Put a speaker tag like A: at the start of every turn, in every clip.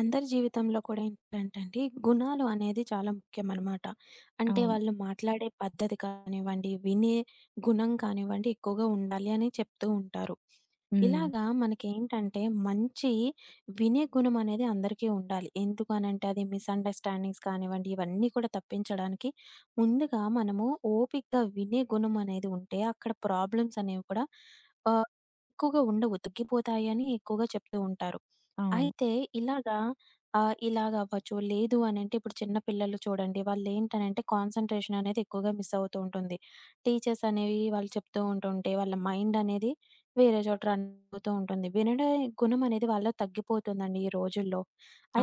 A: అందరి జీవితంలో కూడా ఏంటంటండి, గుణాలు అనేది చాలా ముఖ్యమనమాట. అంటే
B: అవును.
A: వాళ్ళు మాట్లాడే పద్ధతి కానివ్వండి, వినే గుణం కానివ్వండి, ఎక్కువగా ఉండాలి అని చెప్తూ ఉంటారు.
B: హ్మ్.
A: ఇలాగా మనకేంటంటే మంచి వినే గుణం అనేది అందరికీ ఉండాలి. ఎందుకు అనంటే అది మిస్‌అండర్‌స్టాండింగ్స్ కానివ్వండి, ఇవన్నీ కూడా తప్పించడానికి ముందుగా మనము ఓపికగా వినే గుణం అనేది ఉంటే అక్కడ ప్రాబ్లమ్స్ అనేవి కూడా ఆహ్, ఎక్కువగా ఉండవు. తగ్గిపోతాయి అని ఎక్కువగా చెప్తూ ఉంటారు.
B: అవును.
A: అయితే ఇలాగా ఇలాగవ్వచ్చు. లేదు అనంటే ఇప్పుడు చిన్న పిల్లలు చూడండి వాళ్ళేంటనంటే కాన్సంట్రేషన్ అనేది ఎక్కువగా మిస్ అవుతూ ఉంటుంది. టీచర్స్ అనేవి వాళ్ళు చెప్తూ ఉంటుంటే వాళ్ళ మైండ్ అనేది వేరే చోట రన్ అవుతూ ఉంటుంది. వినడే గుణం అనేది వాళ్ళలో తగ్గిపోతుందండి ఈ రోజుల్లో.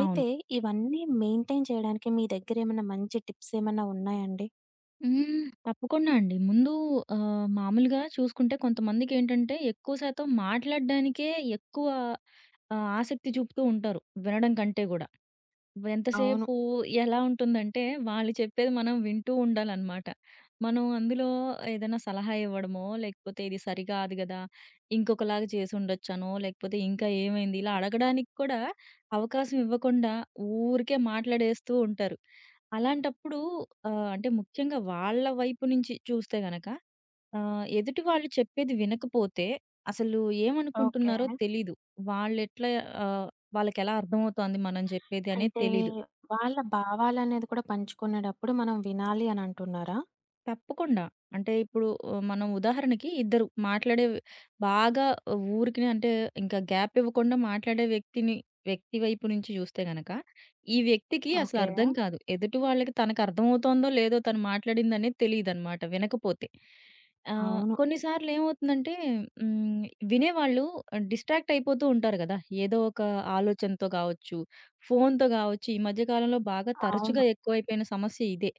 B: అవును.
A: ఇవన్నీ మెయింటైన్ చేయడానికి మీ దగ్గరేమన్నా మంచి టిప్స్ ఏమన్నా ఉన్నాయండి?
B: హ్మ్. తప్పకుండా అండి. ముందు మామూలుగా చూసుకుంటే కొంతమందికేంటంటే ఎక్కువ శాతం మాట్లాడడానికే ఎక్కువ ఆసక్తి చూపుతూ ఉంటారు వినడం కంటే గూడా.
A: అవును.
B: ఎంతసేపు ఎలా ఉంటుందంటే, వాళ్ళు చెప్పేది మనం వింటూ ఉండాలనమాట. మనం అందులో ఏదైనా సలహా ఇవ్వడమో, లేకపోతే ఇది సరికాదు గదా! ఇంకొకలాగా చేసుండొచ్చనో, లేకపోతే ఇంకా ఏమైంది ఇలా అడగడానికి కూడా అవకాశం ఇవ్వకుండా ఊరికే మాట్లాడేస్తూ ఉంటారు. అలాంటప్పుడు అంటే ముఖ్యంగా వాళ్ళ వైపు నుంచి చూస్తే గనక, ఎదుటి వాళ్ళు చెప్పేది వినకపోతే అసలు
A: ఓకే.
B: ఏమనుకుంటున్నారో తెలీదు. వాళ్ళెట్లా ఆహ్, వాళ్ళకెలా అర్థమవుతోంది మనం చెప్పేది అనేది
A: అంటే
B: తెలీదు.
A: వాళ్ళ భావాలనేది కూడా పంచుకునేటప్పుడు మనం వినాలి అనంటున్నారా?
B: తప్పకుండా. అంటే ఇప్పుడు మనం ఉదాహరణకి బాగా ఊరికినే అంటే ఇంకా గ్యాప్ ఇవ్వకుండా మాట్లాడే వ్యక్తిని వ్యక్తి వైపు నుంచి చూస్తే గనక, ఈ వ్యక్తికి అసలు
A: ఓకే.
B: అర్థం కాదు. ఎదుటి వాళ్ళకి తనకు అర్థమవుతోందో లేదో తను మాట్లాడిందనేది తెలీదనమాట వినకపోతే.
A: అవును.
B: కొన్ని సార్లు ఏమవుతుందంటే హ్మ్, వినేవాళ్ళు డిస్ట్రాక్ట్ అయిపోతూ ఉంటారు గదా! ఏదో ఒక ఆలోచనతో గావచ్చు, ఫోన్‌తో గావచ్చు. ఈ మధ్య కాలంలో బాగా తరచుగా
A: అవును.
B: ఎక్కువైపోయిన సమస్య ఇదే.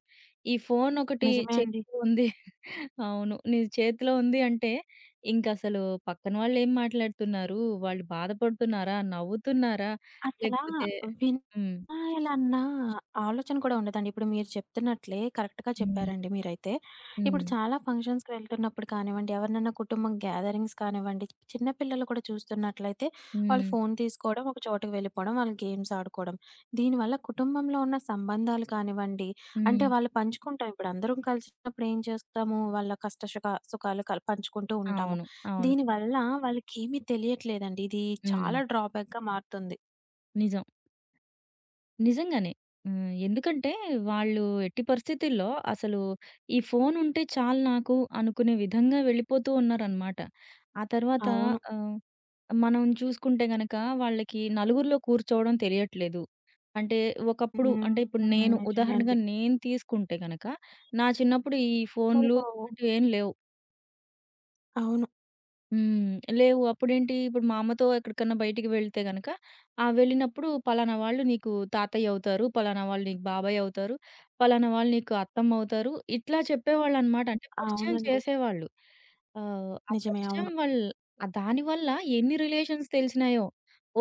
B: ఈ ఫోన్ ఒకటి
A: నిజమే
B: చే
A: అండి.
B: ఉంది. అవును. నీ చేతిలో ఉంది అంటే, ఇంకసలు పక్కన వాళ్ళేం మాట్లాడుతున్నారు? వాళ్ళు బాధపడుతున్నారా? నవ్వుతున్నారా?
A: అసలా
B: లేకపోతే హ్మ్.
A: వినాలన్న ఆలోచన కూడా ఉండదండి. ఇప్పుడు మీరు చెప్తున్నట్లే కరెక్ట్‌గా
B: హ్మ్.
A: చెప్పారండి మీరైతే. ఇప్పుడు
B: హ్మ్.
A: చాలా ఫంక్షన్స్‌కి వెళ్తున్నప్పుడు కానివ్వండి, ఎవరినన్నా కుటుంబం గ్యాదరింగ్స్ కానివ్వండి, చిన్న పిల్లలు కూడా చూస్తున్నట్లయితే వాళ్ళు
B: హ్మ్.
A: ఫోను తీసుకోవడం, ఒక చోటకి వెళ్ళిపోవడం, వాళ్ళు గేమ్స్ ఆడుకోవడం. దీనివల్ల కుటుంబంలో ఉన్న సంబంధాలు కానివ్వండి,
B: హ్మ్.
A: అంటే వాళ్ళు పంచుకుంటాం. ఇప్పుడు అందరం కలిసినప్పుడు ఏం చేస్తాము, వాళ్ళ కష్ట సుఖ సుఖాలు కల్ పంచుకుంటూ ఉంటాము.
B: అవును. అవును.
A: దీనివల్ల వాళ్ళకేమీ తెలియట్లేదండి. ఇది
B: హ్మ్.
A: చాలా డ్రాబ్యాక్‌గా మారుతుంది.
B: నిజం. నిజంగానే. హ్మ్. ఎందుకంటే, వాళ్ళు ఎట్టి పరిస్థితుల్లో అసలు ఈ ఫోనుంటే చాలు నాకు అనుకునే విధంగా వెళ్ళిపోతూ ఉన్నారనమాట. ఆ తర్వాత
A: అవును.
B: ఆహ్ మనం చూసుకుంటే గనక వాళ్ళకి నలుగురిలో కూర్చోవడం తెలియట్లేదు. అంటే ఒకప్పుడు
A: హ్మ్.
B: అంటే ఇప్పుడు
A: నిజమే అండి.
B: నేను తీసుకుంటే గనక, నా చిన్నప్పుడు ఈ ఫోన్లు
A: ఓహో!
B: అంటూ ఏం లేవు.
A: అవును.
B: హ్మ్. లేవు. అప్పుడేంటి ఇప్పుడు మా అమ్మతో ఎక్కడికన్నా బయటికి వెళ్తే గనక, ఆ! వెళ్ళినప్పుడు పలానా వాళ్ళు నీకు తాతయ్య అవుతారు. పలానా వాళ్ళు నీకు బాబాయ్ అవుతారు. పలానా వాళ్ళు నీకు అత్తమ్మ అవుతారు. ఇట్లా చెప్పేవాళ్ళనమాట. అంటే పరిచయం
A: అవునండి.
B: చేసేవాళ్ళు. ఆహ్, ఆ
A: నిజమే.
B: పరిచయం
A: అవును.
B: వల్ ఆ! దానివల్ల ఎన్ని రిలేషన్స్ తెలిసినాయో.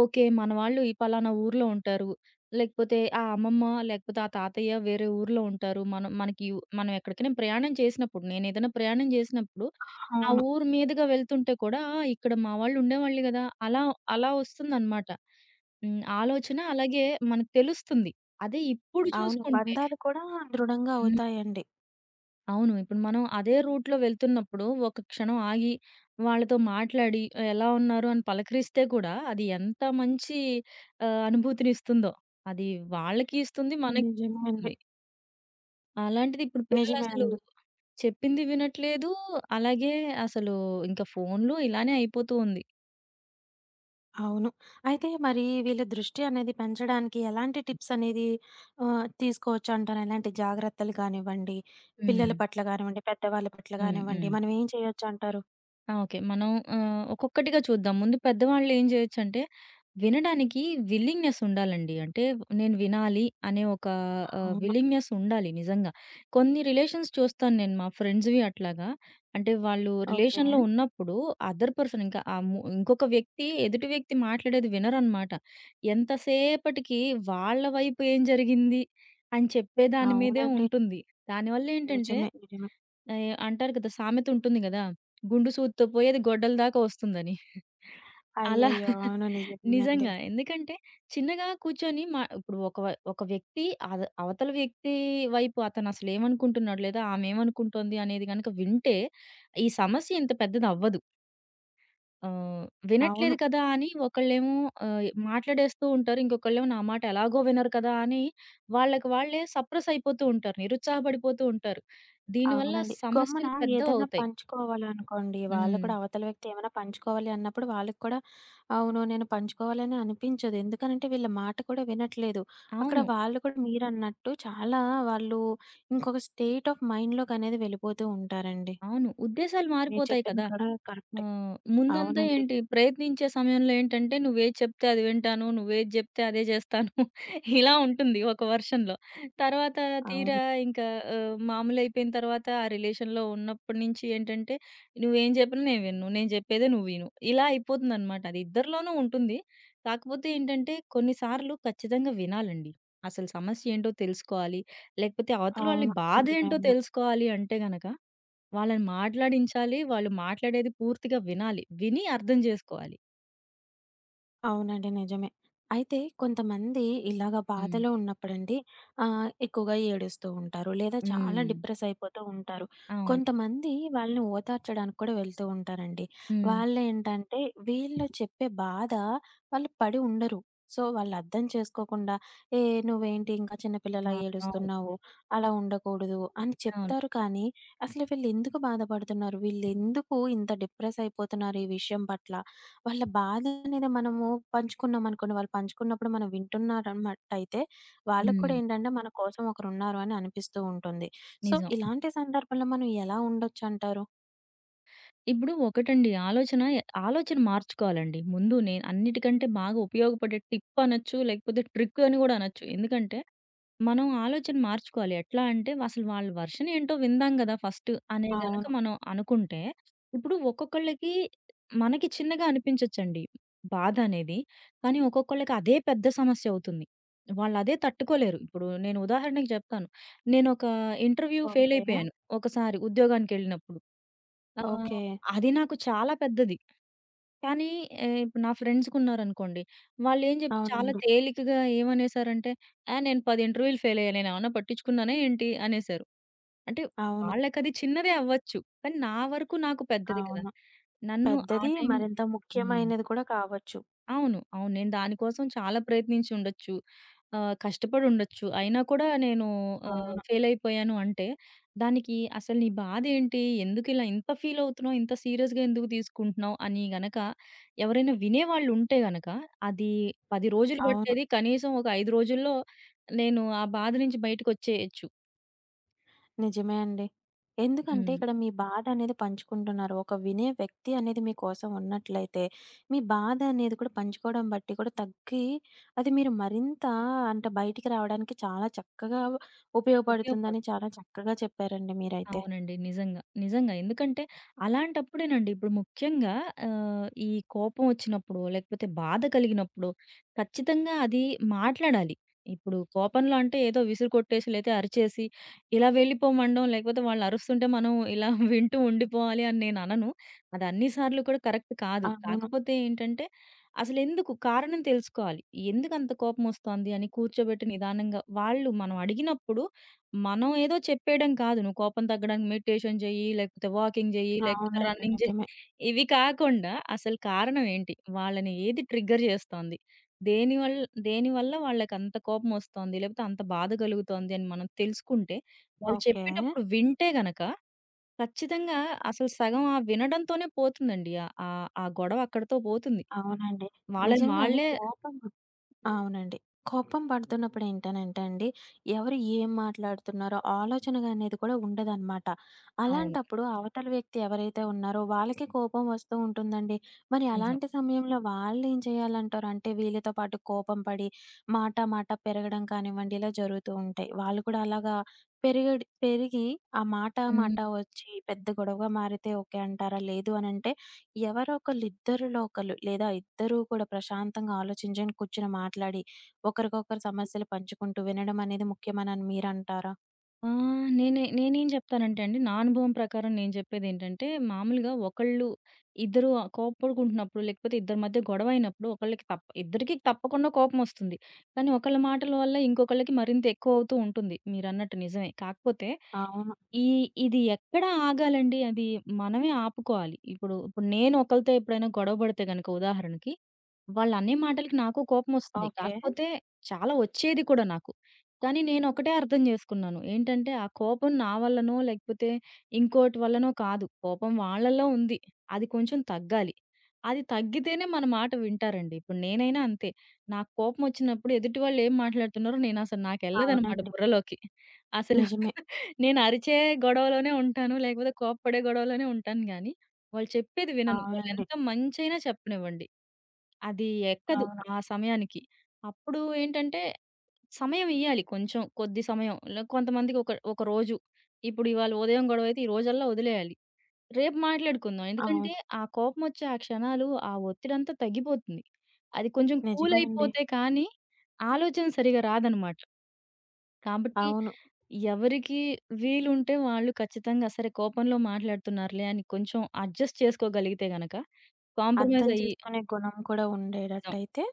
B: ఓకే. మన వాళ్ళు ఈ పలానా ఊర్లో ఉంటారు. లేకపోతే ఆ అమ్మమ్మ, లేకపోతే ఆ తాతయ్య వేరే ఊర్లో ఉంటారు. మనం ఎక్కడికైనా ప్రయాణం చేసినప్పుడు నేనేదైనా ప్రయాణం చేసినప్పుడు ఆ
A: అవును.
B: ఊరు మీదుగా వెళ్తుంటే కూడా "ఆ, ఇక్కడ మా వాళ్ళు ఉండేవాళ్ళు గదా!" అలా అలా వస్తుందనమాట. హ్మ్. ఆలోచన అలాగే మనకు తెలుస్తుంది. అదే ఇప్పుడు
A: అవును.
B: చూసుకుంటే
A: బంధాలు కూడా దృఢంగా
B: హ్మ్.
A: అవుతాయండి.
B: అవును. ఇప్పుడు మనం అదే రూట్‌లో వెళ్తున్నప్పుడు ఒక క్షణం ఆగి, వాళ్ళతో మాట్లాడి ఎలా ఉన్నారు అని పలకరిస్తే కూడా అది ఎంత మంచి అనుభూతినిస్తుందో. అది వాళ్ళకి ఇస్తుంది. మనకి
A: నిజమే అండి.
B: ఇస్తుంది. అలాంటిది ఇప్పుడు
A: నిజమే
B: పిల్లలసలు
A: అండి.
B: చెప్పింది వినట్లేదు. అలాగే అసలు ఇంకా ఫోన్‌లు ఇలానే అయిపోతూ ఉంది.
A: అవును. అయితే మరి వీళ్ళ దృష్టి అనేది పెంచడానికి ఎలాంటి టిప్స్ అనేది తీసుకోవచ్చంటారు? ఎలాంటి జాగ్రత్తలు కానివ్వండి,
B: హ్మ్.
A: పిల్లల పట్ల కానివ్వండి, పెద్దవాళ్ళ పట్ల
B: హ్మ్.
A: కానివ్వండి,
B: హ్మ్.
A: మనం ఏం చేయొచ్చంటారు?
B: ఆ! ఓకే. మనం ఒక్కొక్కటిగా చూద్దాం. ముందు పెద్దవాళ్ళు ఏం చేయొచ్చంటే, వినడానికి విల్లింగ్‌నెస్ ఉండాలండి. అంటే నేను వినాలి అనే ఒక
A: అవును.
B: విల్లింగ్‌నెస్ ఉండాలి నిజంగా. కొన్ని రిలేషన్స్ చూస్తాను నేను మా ఫ్రెండ్స్‌వి అట్లాగా. అంటే వాళ్ళు
A: ఓకే.
B: రిలేషన్‌లో ఉన్నప్పుడు అదర్ పర్సన్ ఇంకా ఆ ము ఇంకొక వ్యక్తి ఎదుటి వ్యక్తి మాట్లాడేది వినరనమాట. ఎంతసేపటికి వాళ్ళ వైపు ఏం జరిగింది అని చెప్పే దాని మీదే
A: అవునండి.
B: ఉంటుంది. దానివల్ల ఏంటంటే
A: నిజమే. నిజమే.
B: అంటారు కదా! సామెత ఉంటుంది గదా! గుండు సూదితో పోయి అది గొడ్డల దాకా వస్తుందని. అలా
A: అయ్యయ్యో! అవును. నిజమేనండి.
B: నిజంగా. ఎందుకంటే చిన్నగా కూర్చొని మా ఇప్పుడు ఒక వ్యక్తి అవతల వ్యక్తి వైపు అతను అసలు ఏమనుకుంటున్నాడు లేదా ఆమె ఏమనుకుంటోంది అనేది గనక వింటే ఈ సమస్య ఇంత పెద్దది అవ్వదు. ఆహ్,
A: అవును.
B: వినట్లేదు కదా! అని ఒకళ్ళేమో మాట్లాడేస్తూ ఉంటారు. ఇంకొకళ్ళేమో నా మాట ఎలాగో వినరు కదా! అని వాళ్ళకి వాళ్ళే సప్రెస్ అయిపోతూ ఉంటారు. నిరుత్సాహపడిపోతూ ఉంటారు. దీనివల్ల
A: అవునండి. గమ్మున
B: సమస్యలు
A: ఏదైనా
B: పెద్దవవుతాయి.
A: పంచుకోవాలనుకోండి, వాళ్ళు
B: హ్మ్.
A: కూడా అవతల వ్యక్తి ఏమైనా పంచుకోవాలి అన్నప్పుడు వాళ్ళకి కూడా అవును. నేను పంచుకోవాలని అనిపించదు. ఎందుకనంటే వీళ్ళ మాట కూడా వినట్లేదు. అక్కడ
B: అవును.
A: వాళ్ళు కూడా మీరన్నట్టు చాలా వాళ్ళు ఇంకొక స్టేట్ ఆఫ్ మైండ్‌లోకనేది వెళ్ళిపోతూ ఉంటారండి.
B: అవును. ఉద్దేశాలు
A: మీరు
B: మారిపోతాయి
A: చెప్పింది
B: కదా!
A: కూడా కరెక్టే.
B: హ్మ్. ముందంతా
A: అవునండి.
B: ఏంటి ప్రయత్నించే సమయంలో ఏంటంటే, నువ్వేది చెప్తే అది వింటాను, నువ్వేది జెప్తే అదే జేస్తాను. ఇలా ఉంటుంది ఒక వర్షన్‌లో. తర్వాత తీరా
A: అవును.
B: ఇంకా మామూలయిపోయిన తర్వాత ఆ రిలేషన్‌లో ఉన్నప్పటి నుంచి ఏంటంటే, నువ్వేం జెప్పినా నేను వినను. నేను జెప్పేదే నువ్వు విను. ఇలా అయిపోతుందనమాట. అది ఇద్దరిలోనూ ఉంటుంది. కాకపోతే ఏంటంటే, కొన్ని సార్లు ఖచ్చితంగా వినాలండి. అసలు సమస్యేంటో తెలుసుకోవాలి. లేకపోతే అవతల వాళ్ళ
A: అవును. నిజమే
B: బాధేంటో
A: అండి.
B: తెలుసుకోవాలి అంటే గనక వాళ్ళని మాట్లాడించాలి. వాళ్ళు మాట్లాడేది పూర్తిగా వినాలి. విని అర్థం జేసుకోవాలి.
A: అవునండి. నిజమే. అయితే కొంతమంది ఇలాగ
B: హ్మ్.
A: బాధలో ఉన్నప్పుడండి ఎక్కువగా ఏడుస్తూ ఉంటారు. లేదా చాలా
B: హ్మ్.
A: డిప్రెస్ అయిపోతూ ఉంటారు.
B: అవును.
A: కొంతమంది వాళ్ళని ఓదార్చడానికి కూడా వెళ్తూ ఉంటారండి.
B: హ్మ్.
A: వాళ్ళేంటంటే వీళ్ళు చెప్పే బాధ వాళ్ళు పడి ఉండరు. సో, వాళ్ళు అర్థం చేసుకోకుండా "ఏ నువ్వేంటి ఇంకా చిన్న పిల్లలా
B: ఆ! అవును.
A: ఏడుస్తున్నావు? అలా ఉండకూడదు" అని
B: అవును.
A: చెప్తారు కానీ అసలు వీళ్ళెందుకు బాధపడుతున్నారు? వీళ్ళెందుకు ఇంత డిప్రెస్ అయిపోతున్నారు ఈ విషయం పట్ల? వాళ్ళ బాధనేది మనము పంచుకున్నామనుకోండి, వాళ్ళు పంచుకున్నప్పుడు మనం వింటున్నారన్నట్టయితే, వాళ్ళకి
B: హ్మ్.
A: కూడా ఏంటంటే మన కోసం ఒకరున్నారు అని అనిపిస్తూ ఉంటుంది. సో,
B: నిజం.
A: ఇలాంటి సందర్భంలో మనం ఎలా ఉండొచ్చంటారు?
B: ఇప్పుడు ఒకటండి ఆలోచన ఆలోచన మార్చుకోవాలండి. ముందు నేను అన్నిటికంటే బాగా ఉపయోగపడే టిప్ అనొచ్చు, లేకపోతే ట్రిక్ అని గూడా అనొచ్చు. ఎందుకంటే మనం ఆలోచన మార్చుకోవాలి. ఎట్లా అంటే అసలు వాళ్ళ వర్షన్ ఏంటో విందాం గదా! ఫస్ట్ అనే గనక
A: అవును.
B: మనం అనుకుంటే, ఇప్పుడు ఒక్కొక్కళ్ళకి మనకి చిన్నగా అనిపించొచ్చండి బాధ అనేది. కానీ ఒక్కొక్కళ్ళకి అదే పెద్ద సమస్య అవుతుంది. వాళ్ళదే తట్టుకోలేరు. ఇప్పుడు నేను ఉదాహరణకి జెప్తాను. నేనొక ఇంటర్వ్యూ ఫెయిల్
A: ఓకే.
B: అయిపోయాను ఒకసారి ఉద్యోగానికెళ్ళినప్పుడు. ఆహ్,
A: ఓకే.
B: అది నాకు చాలా పెద్దది. కానీ ఇప్పుడు నా ఫ్రెండ్స్‌కున్నారనుకోండి, వాళ్ళేం చెప్పి చాలా
A: అవునండి.
B: తేలికగా ఏమనేసారంటే, "ఆ! నేను 10 ఇంటర్వ్యూలు ఫెయిల్ అయ్యా. నేనేమన్నా పట్టించుకున్నానా ఏంటి?" అనేసారు. అంటే
A: అవును.
B: వాళ్ళకది చిన్నదే అవ్వచ్చు. కానీ నా వరకు నాకు పెద్దది కదా!
A: అవును.
B: నన్ను ఆ
A: పెద్దది
B: టైం
A: మరింత
B: హ్మ్.
A: ముఖ్యమైనది కూడా కావచ్చు.
B: అవును. అవును. నేను దాని కోసం చాలా ప్రయత్నించి ఉండొచ్చు. కష్టపడి ఉండొచ్చు. అయినా కూడా నేను
A: అవును.
B: ఫెయిల్ అయిపోయాను అంటే, దానికి అసలు నీ బాధేంటి? ఎందుకిలా ఇంత ఫీల్ అవుతున్నావు? ఇంత సీరియస్‌గా ఎందుకు తీసుకుంటున్నావు? అని గనక ఎవరైనా వినేవాళ్ళు ఉంటే గనక, అది 10 రోజులు
A: అవును.
B: పట్టేది కనీసం ఒక 5 రోజుల్లో నేను ఆ బాధ నుంచి బయటకొచ్చేయొచ్చు.
A: నిజమే అండి. ఎందుకంటే
B: హ్మ్.
A: ఇక్కడ మీ బాధ అనేది పంచుకుంటున్నారు. ఒక వినే వ్యక్తి అనేది మీకోసం ఉన్నట్లయితే, మీ బాధ అనేది కూడా పంచుకోవడం బట్టి కూడా తగ్గి, అది మీరు మరింత అంటే బయటికి రావడానికి చాలా చక్కగా ఉపయోగపడుతుందని
B: ఉపయోగపడుతుంది.
A: చాలా చక్కగా చెప్పారండి మీరైతే.
B: అవునండి. నిజంగా. నిజంగా. ఎందుకంటే అలాంటప్పుడేనండి ఇప్పుడు ముఖ్యంగా ఈ కోపం వచ్చినప్పుడో, లేకపోతే బాధ కలిగినప్పుడో ఖచ్చితంగా అది మాట్లాడాలి. ఇప్పుడు కోపంలో అంటే ఏదో విసురు కొట్టేసి, లేతే అరిచేసి ఇలా వెళ్ళిపోమనడం, లేకపోతే వాళ్ళు అరుస్తుంటే మనం ఇలా వింటూ ఉండిపోవాలి అని నేననను. అది అన్ని సార్లు కూడా కరెక్ట్ కాదు.
A: అవును.
B: కాకపోతే ఏంటంటే అసలెందుకు కారణం తెలుసుకోవాలి. ఎందుకంత కోపమొస్తోంది అని కూర్చోబెట్టి నిదానంగా వాళ్ళు మనం అడిగినప్పుడు మనం ఏదో చెప్పేయడం కాదు. నువ్వు కోపం తగ్గడానికి మెడిటేషన్ చెయ్యి, లేకపోతే వాకింగ్ చెయ్యి, లేకపోతే
A: అవునండి.
B: రన్నింగ్ చెయ్యి.
A: నిజమే.
B: ఇవి కాకుండా అసలు కారణం ఏంటి? వాళ్ళని ఏది ట్రిగ్గర్ చేస్తోంది? దేని వల్ దేనివల్ల వాళ్ళకంత కోపమొస్తోంది, లేకపోతే అంత బాధ కలుగుతోంది అని మనం తెలుసుకుంటే, వాళ్ళు
A: ఓకే.
B: చెప్పేటప్పుడు వింటే గనక ఖచ్చితంగా అసలు సగం ఆ వినడంతోనే పోతుందండి. ఆహ్, ఆ ఆ గొడవ అక్కడితో పోతుంది.
A: అవునండి.
B: వాళ్ళని
A: నిజంగానే
B: వాళ్ళే
A: కోపం అవునండి. కోపం పడుతున్నప్పుడు ఏంటనంటే అండి, ఎవరు ఏం మాట్లాడుతున్నారో ఆలోచనగా అనేది కూడా ఉండదనమాట.
B: అవును.
A: అలాంటప్పుడు అవతల వ్యక్తి ఎవరైతే ఉన్నారో వాళ్ళకి కోపం వస్తూ ఉంటుందండి. మరి
B: నిజం.
A: అలాంటి సమయంలో వాళ్ళేం చేయాలంటారు? అంటే వీళ్ళతో పాటు కోపం పడి మాట మాట పెరగడం కానివ్వండి, ఇలా జరుగుతూ ఉంటాయి. వాళ్ళు కూడా అలాగా పెరిగడి పెరిగి ఆ మాట
B: హ్మ్.
A: మాట వచ్చి పెద్ద గొడవగా మారితే ఓకే అంటారా? లేదు అనంటే ఎవరో ఒకళ్ళిద్దరిలో ఒకళ్ళు లేదా ఇద్దరూ కూడా ప్రశాంతంగా ఆలోచించని కూర్చొని మాట్లాడి, ఒకరికొకరు సమస్యలు పంచుకుంటూ వినడం అనేది ముఖ్యమనని మీరంటారా?
B: ఆ! నేనేం జెప్తానంటే అండి, నా అనుభవం ప్రకారం నేను జెప్పేదేంటంటే, మామూలుగా ఇద్దరు కోప్పడుకుంటున్నప్పుడు, లేకపోతే ఇద్దరి మధ్య గొడవయినప్పుడు ఒకళ్ళకి తప్ ఇద్దరికీ తప్పకుండా కోపమొస్తుంది. కానీ ఒకళ్ళ మాటల వల్ల ఇంకొకళ్ళకి మరింత ఎక్కువవుతూ ఉంటుంది. మీరన్నట్టు నిజమే. కాకపోతే
A: అవును.
B: ఈ ఇది ఎక్కడ ఆగాలండి? అది మనమే ఆపుకోవాలి. ఇప్పుడు నేను ఒకళ్ళతో ఎప్పుడైనా గొడవ పడితే గనక ఉదాహరణకి, వాళ్ళనే మాటలకి నాకు కోపమొస్తుంది.
A: ఓకే.
B: కాకపోతే చాలా వచ్చేది కూడా నాకు. కానీ నేనొకటే అర్థం చేసుకున్నాను. ఏంటంటే, ఆ కోపం నా వల్లనో, లేకపోతే ఇంకోటి వల్లనో కాదు. కోపం వాళ్ళలో ఉంది. అది కొంచెం తగ్గాలి. అది తగ్గితేనే మన మాట వింటారండి. ఇప్పుడు నేనైనా అంతే. నాకు కోపమొచ్చినప్పుడు ఎదుటి వాళ్ళు ఏం మాట్లాడుతున్నారో నేనసలు నాకెళ్ళదనమాట
A: అవునండి.
B: బుర్రలోకి. అసలు
A: నిజమే.
B: నేను అరిచే గొడవలోనే ఉంటాను. లేకపోతే కోప్పడే గొడవలోనే ఉంటాను గానీ, వాళ్ళు చెప్పేది వినను.
A: అవునండి.
B: వాళ్ళెంత మంచైనా చెప్పనివ్వండి. అది ఎక్కదు
A: అవును.
B: ఆ సమయానికి. అప్పుడు ఏంటంటే, సమయం ఇయ్యాలి కొంచెం. కొద్ది సమయం. కొంతమందికి ఒక రోజు. ఇప్పుడు ఇవాళ ఉదయం గొడవైతే ఈ రోజల్లా వదిలేయాలి. రేపు మాట్లాడుకుందాం.
A: అవును.
B: ఎందుకంటే, ఆ కోపమొచ్చే ఆ క్షణాలు, ఆ ఒత్తిడంతా తగ్గిపోతుంది. అది కొంచెం కూల్
A: నిజమే అండి.
B: అయిపోతే కానీ, ఆలోచన సరిగ్గా రాదనమాట. కాబట్టి
A: అవును.
B: ఎవరికి వీలుంటే వాళ్ళు ఖచ్చితంగా సరే కోపంలో మాట్లాడుతున్నారులే అని కొంచెం అడ్జస్ట్ చేసుకోగలిగితే గనక, కాంప్రమైజ్
A: అర్థం
B: అయ్యి
A: చేసుకునే గుణం కూడా
B: నిజం.
A: ఉండేటట్టయితే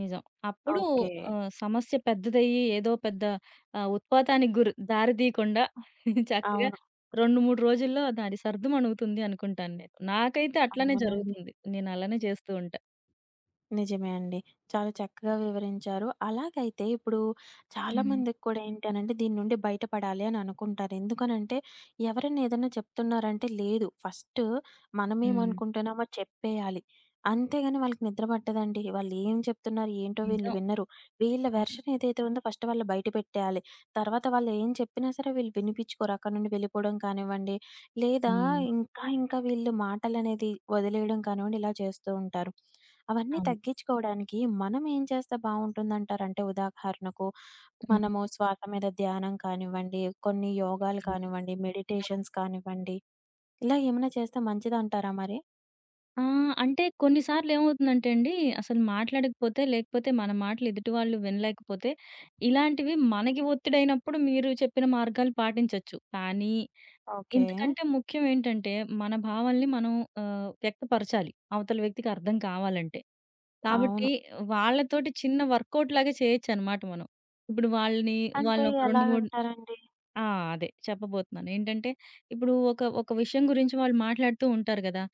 B: నిజం. అప్పుడు
A: ఓకే.
B: సమస్య పెద్దదయ్యి ఏదో పెద్ద ఉత్పాతానికి గురి దారి తీయకుండా చక్కగా
A: అవును.
B: 2, 3 రోజుల్లో దాని సర్దుమణుగుతుంది అణుగుతుంది అనుకుంటాను నేను. నాకైతే అట్లనే
A: అవునండి.
B: జరుగుతుంది. నేను అలానే చేస్తూ ఉంటా.
A: నిజమే అండి. చాలా చక్కగా వివరించారు. అలాగైతే ఇప్పుడు
B: హ్మ్.
A: చాలామందికి కూడా ఏంటి అనంటే దీని నుండి బయటపడాలి అని అనుకుంటారు. ఎందుకనంటే ఎవరైనా ఏదైనా చెప్తున్నారంటే లేదు ఫస్ట్
B: హ్మ్.
A: మనమేమనుకుంటున్నామో చెప్పేయాలి. అంతేగాని వాళ్ళకి నిద్ర పట్టదండి. వాళ్ళు ఏం చెప్తున్నారు ఏంటో వీళ్ళు
B: నిజం.
A: వినరు. వీళ్ళ
B: అవును.
A: వెర్షన్ ఏదైతే ఉందో ఫస్ట్ వాళ్ళు బయట పెట్టేయాలి. తర్వాత వాళ్ళు ఏం చెప్పినా సరే వీళ్ళు వినిపించుకోరు. అక్కడి నుండి వెళ్ళిపోవడం కానివ్వండి, లేదా
B: హ్మ్.
A: ఇంకా ఇంకా వీళ్ళు మాటలనేది వదిలేయడం కానివ్వండి ఇలా చేస్తూ ఉంటారు. అవన్నీ
B: అవును.
A: తగ్గించుకోవడానికి మనం ఏం చేస్తే బావుంటుందంటారంటే ఉదాహరణకు
B: హ్మ్.
A: మనము శ్వాస మీద ధ్యానం కానివ్వండి, కొన్ని యోగాలు
B: హ్మ్.
A: కానివ్వండి, మెడిటేషన్స్ కానివ్వండి, ఇలా ఏమైనా చేస్తే మంచిదంటారా మరి?
B: ఆ! అంటే కొన్ని సార్లేమవుతుందంటే అండి, అసలు మాట్లాడకపోతే, లేకపోతే మన మాటలు ఎదుటి వాళ్ళు వినలేకపోతే, ఇలాంటివి మనకి ఒత్తిడైనప్పుడు మీరు చెప్పిన మార్గాలు పాటించొచ్చు. కానీ,
A: ఓకే.
B: ఇంతకంటే ముఖ్యం ఏంటంటే, మన భావాల్ని మనం వ్యక్తపరచాలి అవతల వ్యక్తికి అర్థం కావాలంటే.
A: అవును.
B: కాబట్టి, వాళ్ళతోటి చిన్న వర్కౌట్ లాగా చేయొచ్చనమాట మనం. ఇప్పుడు వాళ్ళని
A: అంటే
B: వాళ్ళనొక
A: ఎలా
B: 2, 3
A: అంటారండి?
B: ఆ! అదే చెప్పబోతున్నాను. ఏంటంటే, ఇప్పుడు ఒక ఒక విషయం గురించి వాళ్ళు మాట్లాడుతూ ఉంటారు గదా!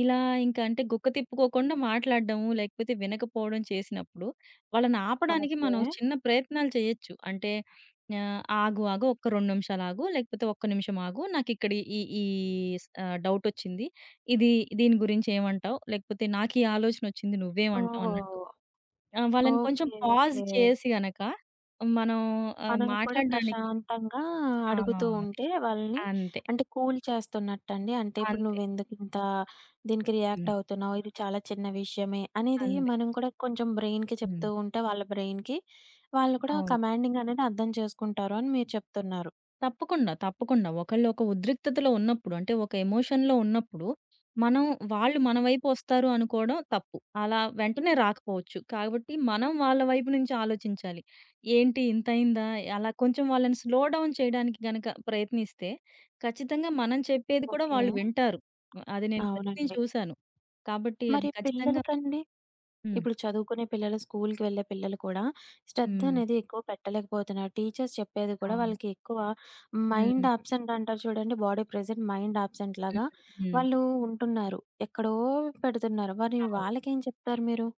B: ఇలా ఇంక అంటే గుక్క తిప్పుకోకుండా మాట్లాడడము, లేకపోతే వినకపోవడం చేసినప్పుడు, వాళ్ళని ఆపడానికి
A: ఓకే.
B: మనం చిన్న ప్రయత్నాలు చేయొచ్చు. అంటే ఆగు ఒక్క 2 నిమిషాలు ఆగు, లేకపోతే ఒక్క నిమిషం ఆగు. నాకిక్కడ ఈ ఈ స్ ఆహ్, డౌటొచ్చింది. ఇది దీని గురించి ఏమంటావు? లేకపోతే నాకీ ఆలోచనొచ్చింది నువ్వేమంటావు అన్నట్టు.
A: ఓహ్!
B: ఆ! వాళ్ళని కొంచెం
A: ఓకే.
B: Pause
A: okay.
B: చేసి గనక మనం
A: మనం కూడా
B: మాట్లాడడానికి
A: ప్రశాంతంగా
B: ఆ!
A: అడుగుతూ ఉంటే వాళ్ళని
B: అంతే.
A: అంటే కూల్ చేస్తున్నట్టండి. అంటే ఇప్పుడు
B: అంతే.
A: నువ్వెందుకింత దీనికి రియాక్ట్
B: హ్మ్.
A: అవుతున్నావు? ఇది చాలా చిన్న విషయమే అనేది
B: అంతే.
A: మనం కూడా కొంచెం బ్రెయిన్‌కి
B: హ్మ్.
A: చెప్తూ ఉంటే వాళ్ళ బ్రెయిన్‌కి వాళ్ళు కూడా
B: అవును.
A: కమాండింగ్ అనేది అర్థం చేసుకుంటారు అని మీరు చెప్తున్నారు.
B: తప్పకుండా. తప్పకుండా. ఒకళ్ళు ఒక ఉద్రిక్తతలో ఉన్నప్పుడు అంటే ఒక ఎమోషన్‌లో ఉన్నప్పుడు మనం వాళ్ళు మన వైపు వస్తారు అనుకోవడం తప్పు. అలా వెంటనే రాకపోవచ్చు. కాబట్టి మనం వాళ్ళ వైపు నుంచి ఆలోచించాలి. ఏంటి ఇంతయిందా? అలా కొంచెం వాళ్ళని స్లో డౌన్ చేయడానికి గనక ప్రయత్నిస్తే ఖచ్చితంగా మనం చెప్పేది కూడా
A: ఓకే.
B: వాళ్ళు వింటారు. అది నేను ప్రయత్నించి
A: అవునండి.
B: చూశాను. కాబట్టి అది
A: మరి
B: ఖచ్చితంగా
A: పిల్లలకండి?
B: హ్మ్.
A: ఇప్పుడు చదువుకునే పిల్లలు, స్కూల్‌కి వెళ్ళే పిల్లలు కూడా శ్రద్ధ
B: హ్మ్.
A: అనేది ఎక్కువ పెట్టలేకపోతున్నారు. టీచర్స్ చెప్పేది కూడా
B: అవును.
A: వాళ్ళకి ఎక్కువ
B: హ్మ్.
A: మైండ్ ఆబ్సెంట్ అంటారు చూడండి. బాడీ ప్రెజెంట్, మైండ్ ఆబ్సెంట్
B: హ్మ్.
A: లాగా
B: హ్మ్.
A: వాళ్ళు ఉంటున్నారు. ఎక్కడో పెడుతున్నారు. మరి
B: అవును.
A: వాళ్ళకేం చెప్తారు మీరు?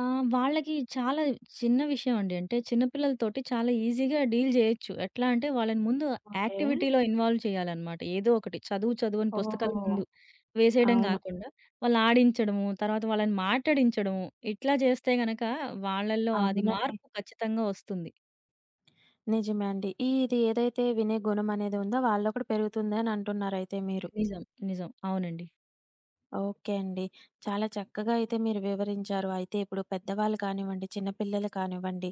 B: ఆ! వాళ్ళకి చాలా చిన్న విషయం అండి. అంటే చిన్న పిల్లలతోటి చాలా ఈజీగా డీల్ జేయొచ్చు. ఎట్లా అంటే వాళ్ళని ముందు
A: ఓకే.
B: యాక్టివిటీలో ఇన్వాల్వ్ చేయాలనమాట. ఏదో ఒకటి చదువు చదువు అని పుస్తకాల
A: ఓహో!
B: ముందు వేసేయడం
A: అవును.
B: గాకుండా, వాళ్ళు ఆడించడము, తర్వాత వాళ్ళని మాట్లాడించడము, ఇట్లా చేస్తే గనక వాళ్ళల్లో అది
A: అవునండి.
B: మార్పు ఖచ్చితంగా వస్తుంది.
A: నిజమే అండి. ఇది ఏదైతే వినే గుణం అనేది ఉందో వాళ్ళలో కూడా పెరుగుతుంది అని అంటున్నారయితే మీరు.
B: నిజం. నిజం. అవునండి.
A: ఓకే అండి. చాలా చక్కగా అయితే మీరు వివరించారు. అయితే ఇప్పుడు పెద్దవాళ్ళు కానివ్వండి, చిన్న పిల్లలు కానివ్వండి,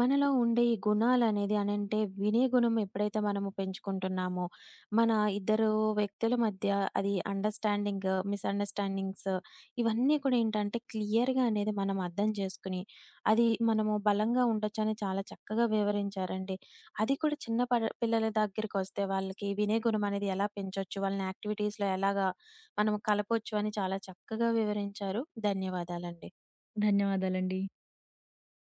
A: మనలో ఉండే ఈ గుణాలనేది అనంటే వినే గుణం ఎప్పుడైతే మనము పెంచుకుంటున్నామో, మన ఇద్దరు వ్యక్తుల మధ్య అది అండర్‌స్టాండింగ్, మిస్‌అండర్‌స్టాండింగ్స్ ఇవన్నీ కూడా ఏంటంటే క్లియర్‌గా అనేది మనం అర్థం చేసుకుని, అది మనము బలంగా ఉండొచ్చని చాలా చక్కగా వివరించారండి. అది కూడా చిన్న పిల్లల దగ్గరికొస్తే వాళ్ళకి వినే గుణం అనేది ఎలా పెంచొచ్చు, వాళ్ళని యాక్టివిటీస్‌లో ఎలాగా మనం కలపొచ్చు అని చాలా చక్కగా వివరించారు. ధన్యవాదాలండి.
B: ధన్యవాదాలండి.